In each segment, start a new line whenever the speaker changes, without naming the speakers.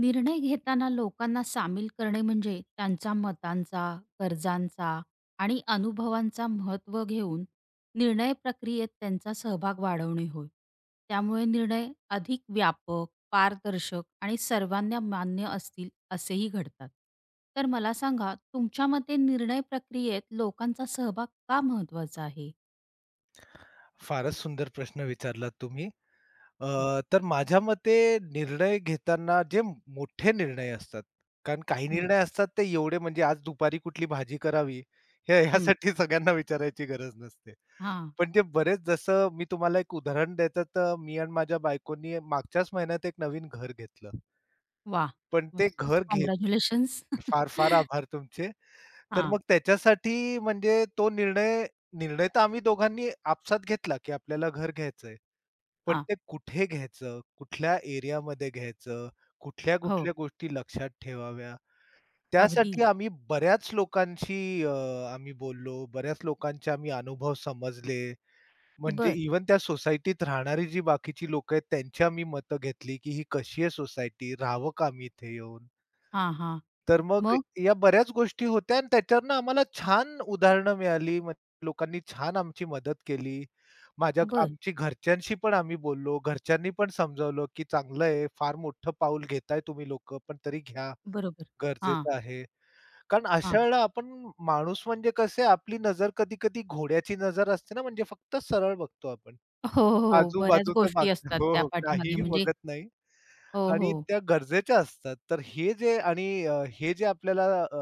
निर्णय घेताना लोकांना सामील करणे म्हणजे त्यांच्या मतांचा, गरजांचा आणि अनुभवांचा महत्त्व घेऊन निर्णय प्रक्रियेत त्यांचा सहभाग वाढवणे होय. त्यामुळे निर्णय अधिक व्यापक, पारदर्शक आणि सर्वांना मान्य असतील असेही घडतात. तर मला सांगा, तुमच्या मते निर्णय प्रक्रियेत लोकांचा सहभाग का महत्त्वाचा आहे?
फारच सुंदर प्रश्न विचारला तुम्ही.
हां.
अ, तर माझ्या मते निर्णय घेताना जे मोठे निर्णय असतात, कारण काही
हं,
निर्णय असतात ते एवढे म्हणजे आज दुपारी कुठली भाजी करावी, हे
हं.
ह्यासाठी सगळ्यांना विचारायची गरज नसते.
हां.
पण जे बरेच जसं मी तुम्हाला एक उदाहरण द्यायचं तर मी आणि माझ्या बायकोनी मागच्याच महिन्यात एक नवीन घर घेतलं.
वाह!
पण ते
मस्तच.
घर घेत
काँग्रॅच्युलेशन्स.
फार, फार आभार तुमचे. तर
हां,
मग त्याच्यासाठी म्हणजे तो निर्णय निर्णय तर आम्ही दोघांनी आपसात घेतला, की आपल्याला घर घ्यायचंय. पण
हां.
ते कुठे घ्यायचं, कुठल्या एरियामध्ये घ्यायचं,
हो.
कुठल्या-कुठल्या गोष्टी लक्षात ठेवाव्या.
अगदी.
त्यासाठी आम्ही बऱ्याच लोकांशी अ, आम्ही बोललो, बऱ्याच लोकांचे आम्ही अनुभव समजले. म्हणजे
बरं.
इव्हन त्या सोसायटीत राहणारी जी बाकीची लोकं आहेत त्यांची आम्ही मतं घेतली, की ही कशी आहे सोसायटी, राहावं का आम्ही इथे येऊन?
हां, हां.
तर मग
मग?
या बऱ्याच गोष्टी होत्या आणि त्याच्यावरनं आम्हाला छान उदाहरणं मिळाली. मग लोकांनी छान आमची मदत केली. माझ्या
बरं.
आमची घरच्यांशी पण आम्ही बोललो. घरच्यांनी पण समजावलं, की "चांगलं आहे, फार मोठं पाऊल घेताय तुम्ही लोकं, पण तरी घ्या,
बरोबर. हां,
गरजेचं आहे." कारण
हां.
अशा वेळेला आपण माणूस म्हणजे कसं आपली नजर कधी-कधी घोड्याची नजर असते ना, म्हणजे फक्त सरळ बघतो आपण.
हो, हो. हो, बऱ्याच
आजूबाजूचं
गोष्टी
मागतं.
असतात
हो,
त्या
हो.
पाठीमागे
काहीही
म्हणजे
बघत नाही
हो,
आणि
हो.
त्या गरजेच्या असतात. तर हे जे आणि हे जे आपल्याला अ,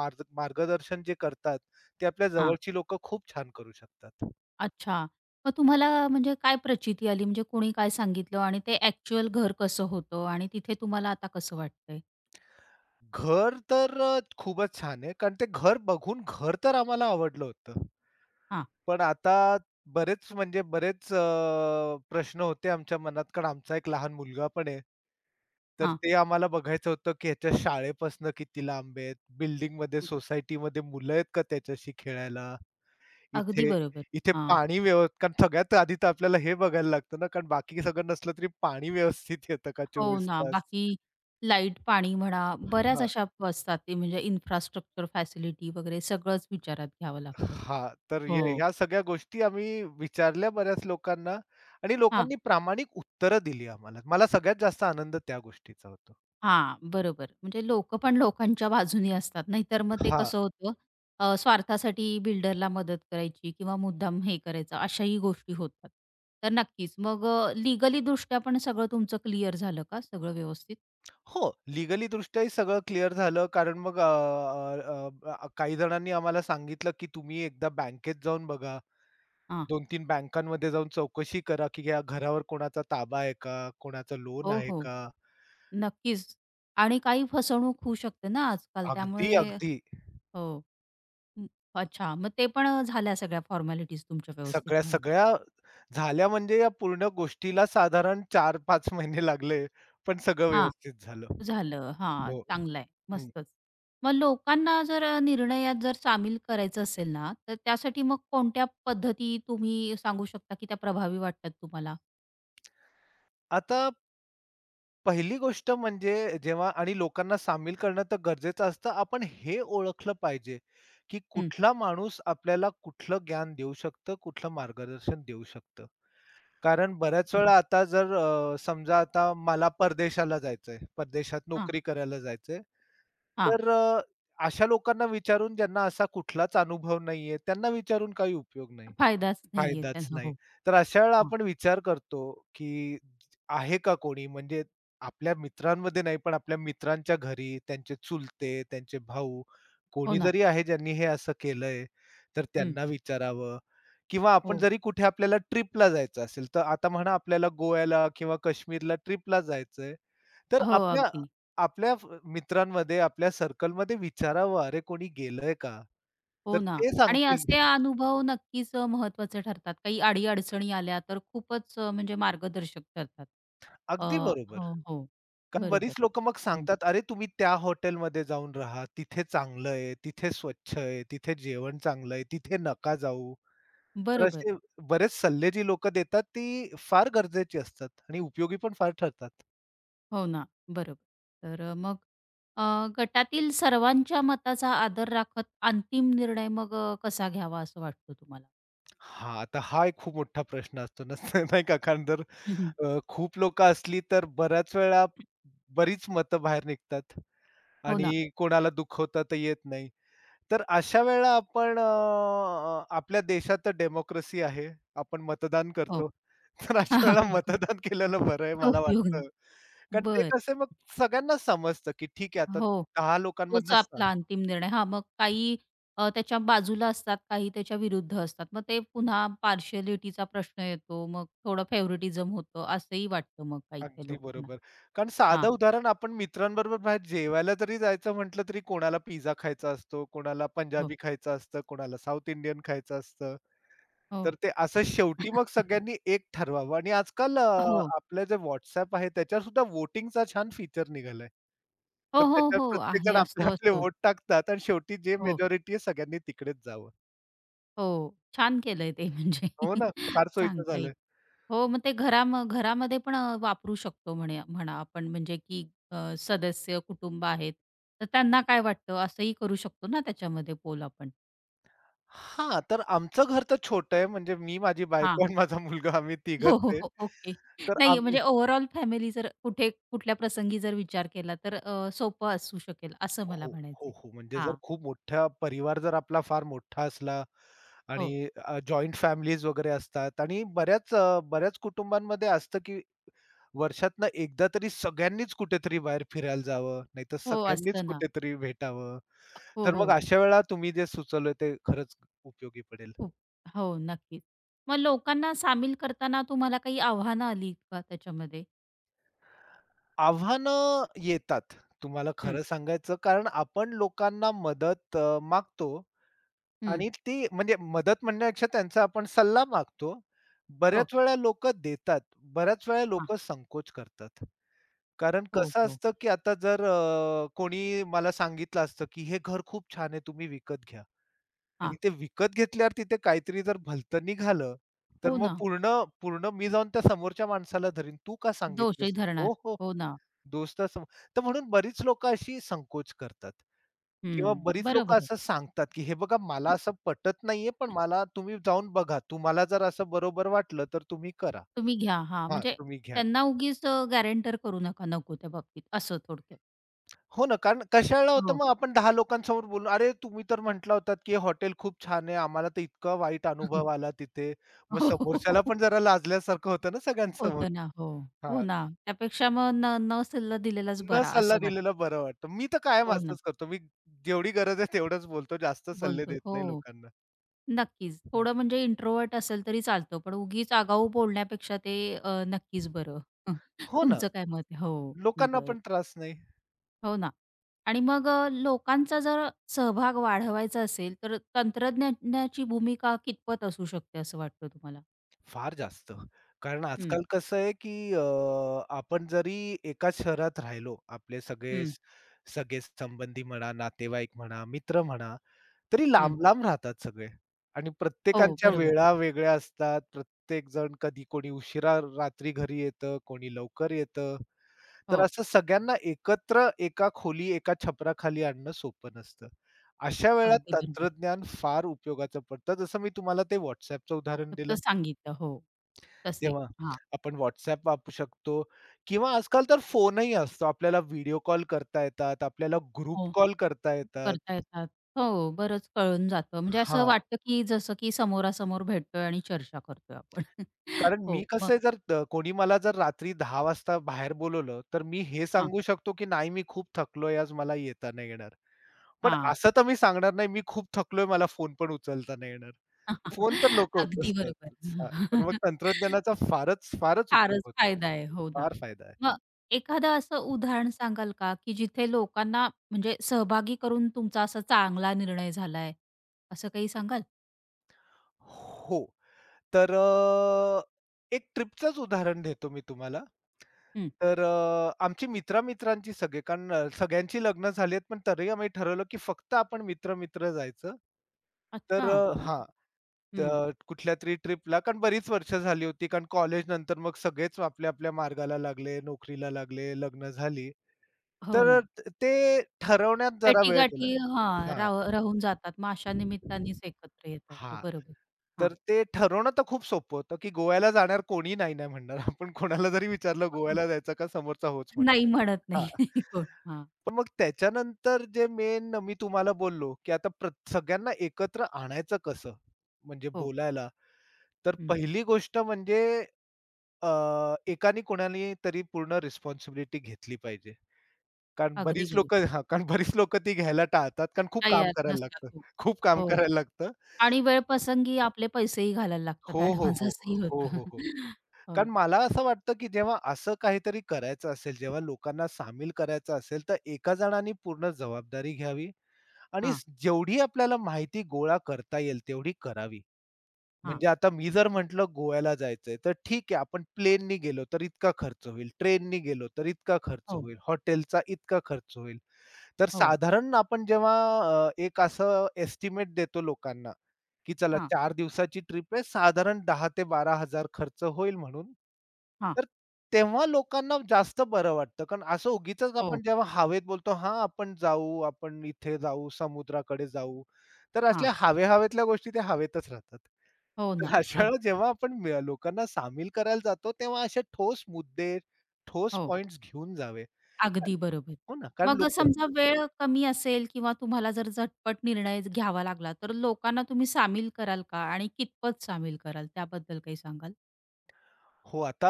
मार्ग मार्गदर्शन जे करतात, ते आपल्या
हां.
जवळची लोकं खूप छान करू शकतात.
अच्छा. मग तुम्हाला म्हणजे काय प्रचिती आली? म्हणजे कोणी काय सांगितलं आणि ते ॲक्चुअल घर कसं होतं आणि तिथे तुम्हाला आता कसं वाटतंय?
घर तर खूपच छान आहे. कारण ते घर बघून घर तर आम्हाला आवडलं होतं.
हां,
पण आता बरेच प्रश्न होते आमच्या मनात कारण आमचा एक लहान मुलगा पण आहे. तर
हां.
ते आम्हाला बघायचं होतं, की ह्याच्या शाळेपासनं किती लांब आहेत, बिल्डिंगमध्ये, सोसायटीमध्ये मुलं आहेत का त्याच्याशी खेळायला?
अगदी
इथे
बरोबर.
इथे
हां.
पाणी व्यव कारण सगळ्यात आधी तर आपल्याला हे बघायला लागतं ना, कारण बाकी सगळं नसलं तरी पाणी व्यवस्थित येतं का
हो
24
ना.
तास?
बाकी लाईट, पाणी म्हणा, बऱ्याच
हां,
अशा असतात ते म्हणजे इन्फ्रास्ट्रक्चर फॅसिलिटी वगैरे सगळंच विचारात घ्यावं लागतं.
हां. तर हे
हो.
ह्या सगळ्या गोष्टी आम्ही विचारल्या बऱ्याच लोकांना आणि लोकांनी प्रामाणिक उत्तरं दिली आम्हाला. मला सगळ्यात जास्त आनंद त्या गोष्टीचा होतो.
हां, बरोबर. म्हणजे लोकं पण लोकांच्या बाजूनी असतात. नाहीतर मग ते
हां.
कसं होतं, स्वार्थासाठी बिल्डरला मदत करायची किंवा मुद्दाम हे करायचं अशाही गोष्टी होतात. तर नक्कीच. मग लीगली दृष्ट्या पण सगळं तुमचं क्लिअर झालं का? सगळं व्यवस्थित?
हो, लीगली दृष्ट्याही सगळं क्लिअर झालं. कारण मग अ, अ, अ, अ, काही जणांनी आम्हाला सांगितलं, की तुम्ही एकदा बँकेत जाऊन बघा.
हां.
2-3 बँकांमध्ये जाऊन चौकशी करा, की या घरावर कोणाचा ताबा आहे का? कोणाचं लोन
हो,
आहे
हो.
का?
नक्कीच. आणि काही फसवणूक होऊ शकते ना आजकाल
अगदी,
त्यामुळे
अगदी
हो. हं. अच्छा. मग ते पण झाल्या सगळ्या फॉर्मॅलिटीज तुमच्या व्यवस्थित
सगळ्या
म्हणा.
सगळ्या झाल्या म्हणजे या पूर्ण गोष्टीला साधारण 4-5 महिने लागले. पण सगळं
हां.
व्यवस्थित झालं.
झालं. हां,
हो.
चांगलं आहे.
हं.
मस्तच. मग लोकांना जर निर्णयात जर सामील करायचं असेल ना, तर त्यासाठी मग कोणत्या पद्धती तुम्ही सांगू शकता, की त्या प्रभावी वाटतात तुम्हाला?
आता पहिली गोष्ट म्हणजे जेव्हा आणि लोकांना सामील करणं तर गरजेचं असतं. आपण हे ओळखलं पाहिजे, की
हं.
कुठला माणूस आपल्याला कुठलं ज्ञान देऊ शकतं, कुठलं मार्गदर्शन देऊ शकतं. कारण बऱ्याच
बरं.
वेळा आता जर समजा आता मला परदेशाला जायचंय, परदेशात
हां,
नोकरी करायला जायचंय.
हां.
तर अशा लोकांना विचारून ज्यांना असा कुठलाच अनुभव नाहीये, त्यांना विचारून काही उपयोग नाही.
फायदाच नाहीये
फायदाच
त्यांना.
नाही.
हो.
तर अशा वेळेला
हां.
आपण विचार करतो, की आहे का कोणी म्हणजे आपल्या मित्रांमध्ये नाही, पण आपल्या मित्रांच्या घरी त्यांचे चुलते, त्यांचे भाऊ
हो
कोणी
ना.
जरी आहे ज्यांनी हे असं केलंय, तर
हं.
त्यांना विचारावं किंवा आपण
हो.
जरी कुठे आपल्याला ट्रिपला जायचं असेल, तर आता म्हणा आपल्याला गोव्याला किंवा काश्मीरला ट्रिपला जायचंय, तर
हो,
आपल्या
अगदी.
आपल्या फ मित्रांमध्ये, आपल्या सर्कलमध्ये विचारावं, "अरे कोणी गेलंय का?" तर
हो ना.
ते
आणि
सांगतील.
असे अनुभव नक्कीच ठरतात. काही अडी-अडचणी आल्या तर खूपच म्हणजे मार्गदर्शक ठरतात. अ,
अगदी बरोबर.
हो, हो.
कारण
बरोबर.
बरीच लोकं मग
हं.
सांगतात, "अरे, तुम्ही त्या हॉटेलमध्ये जाऊन राहा, तिथे चांगलं आहे, तिथे स्वच्छ आहे, तिथे जेवण चांगलं आहे, तिथे नका जाऊ." तर
बरोबर.
असे बरेच सल्ले जी लोकं देतात ती फार गरजेची असतात आणि उपयोगी पण फार ठरतात.
हो ना, बरोबर. तर मग अ, गटातील सर्वांच्या मताचा आदर राखत अंतिम निर्णय मग कसा घ्यावा असं वाटतं तुम्हाला?
हां, आता हा एक खूप मोठा प्रश्न असतो ना, नाही का? कारण जर
हं, हं.
खूप लोकं असली तर बऱ्याच वेळा बरीच मतं बाहेर निघतात
हो ना.
आणि कोणाला दुखवता तर येत नाही. तर अशा वेळेला आपण आपल्या देशात तर डेमोक्रेसी आहे. आपण मतदान
हो.
करतो. तर अशा वेळेला
हो.
मतदान केलेलं बरं आहे मला
उपयोग नाही.
वाटतं. कारण ते
बरं.
कसं मग सगळ्यांनाच समजतं, की ठीक आहे आता
हो.
10
तोच
लोकांमधनं 6
आपला अंतिम निर्णय. हां, मग काही त्याच्या बाजूला असतात, काही त्याच्या विरुद्ध असतात. मग ते पुन्हा पार्शियलिटीचा प्रश्न येतो. मग थोडं फेव्हरेटिझम होतं असंही वाटतं मग काही-काही
अगदी
लोकांना.
बरोबर. कारण
हां.
साधं उदाहरण आपण मित्रांबरोबर बाहेर जेवायला जरी जायचं म्हटलं, तरी कोणाला पिझ्झा खायचा असतो, कोणाला
हो.
पंजाबी खायचं असतं, कोणाला साउथ इंडियन खायचं असतं.
हो.
तर ते असं शेवटी मग सगळ्यांनी एक ठरवावं आणि आजकाल
हो.
आपलं जे WhatsApp आहे त्याच्यावर सुद्धा व्होटिंगचा छान फीचर निघालाय.
हो,
तर
हो,
त्याच्यावर
हो. आहे,
प्रत्येकजण आपले
असतो,
आपले
असतो.
व्होट टाकतात आणि शेवटी जे
हो.
मेजॉरिटी आहे सगळ्यांनी तिकडेच जावं.
हो, छान केलंय ते म्हणजे
हो ना, फार सोयीचं
सांगता येईल.
झालंय.
हो, मग ते घरामध्ये पण वापरू शकतो म्हणे म्हणा आपण, म्हणजे की सदस्य कुटुंब आहेत, तर त्यांना काय वाटतं असंही करू शकतो ना, त्याच्यामध्ये पोल आपण.
हां, तर आमचं घर तर छोटं आहे म्हणजे मी, माझी बायको
हां.
आणि माझा मुलगा आम्ही तिघंच
हो, हो,
आहे.
हो. ओके.
तर
नाही,
आम
म्हणजे ओव्हरऑल फॅमिली जर कुठे कुठल्या प्रसंगी जर विचार केला, तर सोपं असू शकेल असं मला
हो, हो,
म्हणायचंय.
हो. म्हणजे जर
हां.
खूप मोठा परिवार जर आपला फार मोठा असला
हो,
आणि जॉइंट फॅमिलीज वगैरे असतात आणि बऱ्याच कुटुंबांमध्ये असतं, की वर्षातनं एकदा तरी सगळ्यांनीच कुठेतरी बाहेर फिरायला जावं, नाहीतर
हो,
सगळ्यांनीच
असतं ना.
कुठेतरी भेटावं.
हो,
तर
हो.
मग अशा वेळा तुम्ही जे सुचवलं ते खरंच उपयोगी पडेल.
खूप. हो, नक्कीच. मग लोकांना सामील करताना तुम्हाला काही आव्हानं आली का त्याच्यामध्ये?
आव्हानं येतात, तुम्हाला
हं,
खरं सांगायचं कारण आपण लोकांना मदत मागतो
हं.
आणि ती म्हणजे मदत म्हणण्यापेक्षा त्यांचा आपण सल्ला मागतो.
हो.
बऱ्याच वेळा लोकं देतात. बऱ्याच वेळा
हां.
लोकं संकोच करतात. कारण
हो,
कसं
हो.
असतं, की आता जर कोणी मला सांगितलं असतं, की "हे घर खूप छान आहे, तुम्ही विकत घ्या."
हां.
आणि ते विकत घेतल्यावर तिथे काहीतरी जर भलतं निघालं, तर
हो
मग
ना.
पूर्ण पूर्ण मी जाऊन त्या समोरच्या माणसाला धरीन, "तू का
दोषही
सांगितलंस?" "हो,
धरणार.
हो.
हो ना.
दोस्तच तर म्हणून बरीच लोकं अशी संकोच करतात किंवा
हं.
बरीच
बरोबर
लोकं
आहे.
असं सांगतात, की "हे बघा मला असं पटत नाहीये, पण मला तुम्ही जाऊन बघा. तुम्हाला जर असं बरोबर वाटलं तर तुम्ही करा.
तुम्ही घ्या. हां,
हां,
म्हणजे
तुम्ही घ्या."
त्यांना उगीच गॅरंटर करू नका नको त्या बाबतीत असं थोडक्यात.
हो ना, कारण कशाला होतं
हो.
मग आपण 10 लोकांसमोर बोलून, "अरे, तुम्ही तर म्हटला होतात, की हे हॉटेल खूप छान आहे. आम्हाला तर इतका वाईट अनुभव आला तिथे." मग
हो,
समोरच्याला
हो.
पण जरा लाजल्यासारखं होतं ना सगळ्यांसमोर.
होतं ना. हो.
हां,
हो ना. त्यापेक्षा मग न न सल्ला दिलेलाच
न
बरा
सल्ला
असं
दिलेला
वाटतं.
बरं वाटतं. मी तर कायम
हो ना.
असंच करतो. मी जेवढी गरज आहे तेवढंच बोलतो. जास्त सल्ले
बोलतो.
देत नाही
हो.
लोकांना.
नक्कीच.
हं.
थोडं म्हणजे इंट्रोव्हर्ट असेल तरी चालतं, पण उगीच आगाऊ बोलण्यापेक्षा ते नक्कीच बरं.
हो ना,
तुमचं काय मत आहे? हो,
लोकांना
बरं.
पण त्रास नाही.
हो ना. आणि मग लोकांचा जर सहभाग वाढवायचा असेल, तर तंत्रज्ञानाची भूमिका कितपत असू शकते असं वाटतं तुम्हाला?
फार जास्त. कारण
हं,
आजकाल कसं आहे, की आपण जरी एकाच शहरात राहिलो, आपले सगळे
हं,
सगळे संबंधी म्हणा, नातेवाईक म्हणा, मित्र म्हणा, तरी
हं.
लांब-लांब राहतात सगळे आणि
हो,
प्रत्येकांच्या
बरोबर.
वेळा वेगळ्या असतात. प्रत्येकजण कधी कोणी उशिरा रात्री घरी येतं, कोणी लवकर येतं. तर
हो,
असं सगळ्यांना एकत्र एका खोली, एका छपराखाली आणणं सोपं नसतं. अशा वेळा
अगदी बरोबर.
तंत्रज्ञान फार उपयोगाचं पडतं. जसं मी तुम्हाला ते WhatsAppचं उदाहरण
फक्त
दिलं.
सांगितलं. हो, तसे.
तेव्हा
हां.
आपण WhatsApp वापरू शकतो किंवा आजकाल तर फोनही असतो. आपल्याला व्हिडिओ कॉल करता येतात, आपल्याला ग्रुप
हो.
कॉल करता येतात.
करता येतात. हो, बरंच कळून जातं. म्हणजे असं
हां,
वाटतं, की जसं की समोरासमोर भेटतोय आणि चर्चा करतोय आपण.
कारण
हो,
मी
मग
कसं आहे जर कोणी मला जर रात्री 10 वाजता बाहेर बोलवलं, तर मी हे
हां,
सांगू शकतो की "नाही, मी खूप थकलोय आज, मला येता नाही येणार." पण
हां.
असं तर मी सांगणार नाही, मी खूप थकलोय, मला फोन पण उचलता नाही येणार. फोन तर लोकं
अगदी बरोबर.
उचलतातच. हां, तर मग तंत्रज्ञानाचा फारच, फारच उपयोग
फारच
होतो.
फायदा आहे. हो ना.
फार फायदा आहे.
मग एखादं असं उदाहरण सांगाल का, की जिथे लोकांना म्हणजे सहभागी करून तुमचा असा चांगला निर्णय झालाय, असं काही सांगाल?
हो, तर एक ट्रिपचंच उदाहरण देतो मी तुम्हाला.
हं.
तर आमची मित्र-मित्रांची सगळे कारण सगळ्यांची लग्न झाली आहेत, पण तरीही आम्ही ठरवलं, की फक्त आपण मित्र-मित्र जायचं. तर
अच्छा.
हां.
हं.
तर तरी ट्रिपला कारण बरीच वर्ष झाली होती. कारण कॉलेज नंतर मग सगळेच आपल्या आपल्या मार्गाला लागले, नोकरीला लागले, लग्न झाली.
हो
तर
ना.
ते ठरवण्यात जरा वेळ गेला.
भेटीगाठी हां,
हां.
राहून जातात. मग अशा निमित्तानेच एकत्र येता येतं.
हां.
बरोबर. हां.
तर ते ठरवणं तर खूप सोपं होतं, की गोव्याला जाणार कोणी नाही नाही म्हणणार. आपण कोणाला जरी विचारलं गोव्याला जायचं का? समोरचा होच
नाही
म्हणतो.
म्हणत
हां.
नाही कोण. हां.
पण मग त्याच्यानंतर जे मेन मी तुम्हाला बोललो, की आता प्र सगळ्यांना एकत्र आणायचं कसं? म्हणजे
हो.
बोलायला. तर
हं.
पहिली गोष्ट म्हणजे एकानी कोणानी तरी पूर्ण रिस्पॉन्सिबिलिटी घेतली पाहिजे. कारण
अगदी
बरीच
बरोबर.
लोकं हां, कारण बरीच लोकं ती घ्यायला टाळतात कारण खूप काम
तयार
करायला
नसतात.
लागतं.
हो.
खूप काम
हो.
करायला लागतं.
आणि वेळप्रसंगी आपले पैसेही घालायला लागतात.
हो, हो,
ॲडव्हान्स
हो.
असंही
हो,
होतं.
हो, हो.
हो.
कारण मला असं वाटतं, की जेव्हा असं काहीतरी करायचं असेल, जेव्हा लोकांना सामील करायचं असेल, तर एका जणाने पूर्ण जबाबदारी घ्यावी आणि
हां,
स जेवढी आपल्याला माहिती गोळा करता येईल तेवढी करावी.
हां.
म्हणजे आता मी जर म्हटलं गोव्याला जायचंय, तर ठीक आहे आपण प्लेननी गेलो तर इतका खर्च होईल, ट्रेननी गेलो तर इतका खर्च
हो,
होईल, हॉटेलचा इतका खर्च होईल. तर
हो.
साधारण आपण जेव्हा एक असं एस्टिमेट देतो लोकांना, की चला
हां,
चार दिवसाची ट्रिप आहे साधारण 10,000 ते 12,000 खर्च होईल म्हणून.
हां.
तर तेव्हा लोकांना जास्त बरं वाटतं. कारण असं उगीचच
हो,
आपण जेव्हा हवेत बोलतो, "हां, आपण जाऊ, आपण इथे जाऊ, समुद्राकडे जाऊ." तर
हां.
असल्या हवे-हवेतल्या गोष्टी त्या हवेतच राहतात.
हो ना.
तर अशा वेळेला
अगदी.
जेव्हा आपण म लोकांना सामील करायला जातो, तेव्हा असे ठोस मुद्दे, ठोस
हो.
पॉइंट्स घेऊन जावे.
अगदी बरोबर.
हो ना, कारण
मग
लोक
समजा वेळ कमी असेल किंवा तुम्हाला जर झटपट निर्णय घ्यावा लागला, तर लोकांना तुम्ही सामील कराल का? आणि कितपत सामील कराल त्याबद्दल काही सांगाल?
हो, आता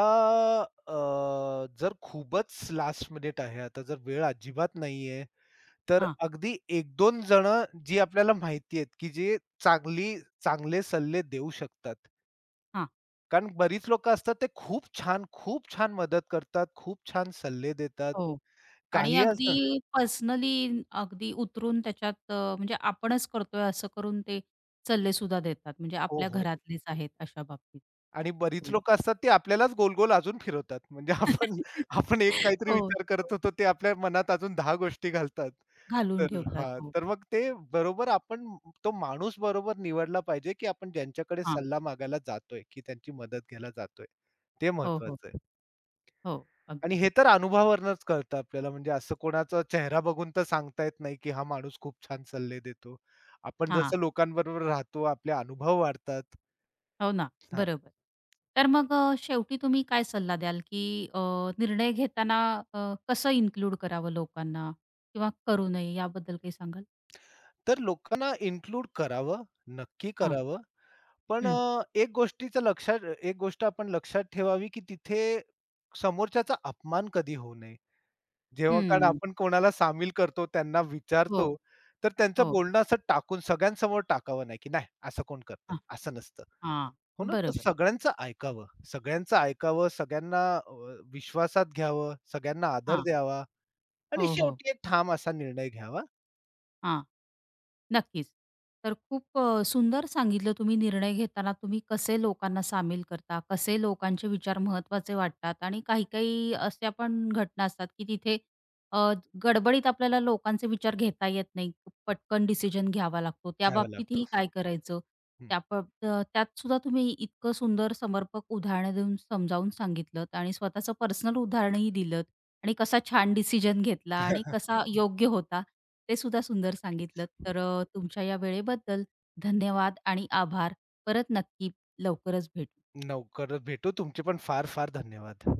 जर खूपच लास्ट मिनिट आहे, आता जर वेळ अजिबात नाहीये, तर
हां,
अगदी एक दोन जण जी आपल्याला माहिती आहेत, की जे चांगली चांगले सल्ले देऊ शकतात.
हां.
कारण बरीच लोकं असतात ते खूप छान, खूप छान मदत करतात, खूप छान सल्ले देतात.
हो. आणि
काही असं
अगदी पर्सनली अगदी उतरून त्याच्यात म्हणजे आपणच करतोय असं करून ते सल्लेसुद्धा देतात. म्हणजे
हो,
आपल्या
हो.
घरातलेच आहेत अशा बाबतीत.
आणि
हो.
बरीच
हो.
लोकं असतात ती आपल्यालाच गोल-गोल अजून फिरवतात. म्हणजे आपण आपण एक काहीतरी
हो,
विचार करत
हो.
होतो ते आपल्या मनात अजून 10 गोष्टी घालतात.
घालून
तर
ठेवतात.
हां,
हो.
तर मग ते बरोबर आपण तो माणूस बरोबर निवडला पाहिजे, की आपण ज्यांच्याकडे
हां.
सल्ला मागायला जातोय, की त्यांची मदत घ्यायला जातोय. ते
हो, हो.
महत्वाचं आहे.
हो.
आणि
अगदी.
हे तर अनुभवावरूनच कळतं आपल्याला म्हणजे असं कोणाचा चेहरा बघून तर सांगता येत नाही, की हा माणूस खूप छान सल्ले देतो. आपण
हां.
जसं लोकांबरोबर राहतो, आपले अनुभव वाढतात.
हो ना, बरोबर. तर मग शेवटी तुम्ही काय सल्ला द्याल, की अ, निर्णय घेताना कसं इन्क्लूड करावं लोकांना किंवा करू नये याबद्दल काही सांगाल?
तर लोकांना इन्क्लूड करावं, नक्की
हां.
करावं. पण
हं.
एक गोष्टीचं लक्षात एक गोष्ट आपण लक्षात ठेवावी, की तिथे समोरच्याचा अपमान कधी होऊ नये. जेव्हा कारण
हं.
आपण कोणाला सामील करतो, त्यांना
हो,
विचारतो, तर त्यांचं
हो.
बोलणं असं टाकून सगळ्यांसमोर टाकावं नाही, की "नाही, असं कोण करतं?"
हां,
असं नसतं.
हां.
हो ना? तर
बरोबर.
सगळ्यांचं ऐकावं. सगळ्यांचं ऐकावं, सगळ्यांना विश्वासात घ्यावं, सगळ्यांना आदर
हां.
द्यावा आणि
हो, हो.
शेवटी एक ठाम असा निर्णय घ्यावा
हां. नक्कीच. तर खूप सुंदर सांगितलं तुम्ही, निर्णय घेताना तुम्ही कसे लोकांना सामील करता, कसे लोकांचे विचार महत्त्वाचे वाटतात, आणि काही-काही अशा पण घटना असतात, की तिथे अ, गडबडीत आपल्याला लोकांचे विचार घेता येत नाही. पटकन डिसिजन घ्यावा लागतो. त्या
घ्यावा लागतो.
बाबतीतही काय करायचं?
हं.
त्या प त्यात सुद्धा तुम्ही इतकं सुंदर समर्पक उदाहरणं देऊन समजावून सांगितलत आणि स्वतःचं पर्सनल उदाहरणही दिलं आणि कसा छान डिसिजन घेतला आणि कसा हो. योग्य होता, ते सुद्धा सुंदर
नक्कीच.
सांगितलत. तर तुमच्या या वेळेबद्दल धन्यवाद आणि आभार. परत नक्की लवकरच भेटू.
लवकरच भेटू. तुमचे पण फार-फार धन्यवाद.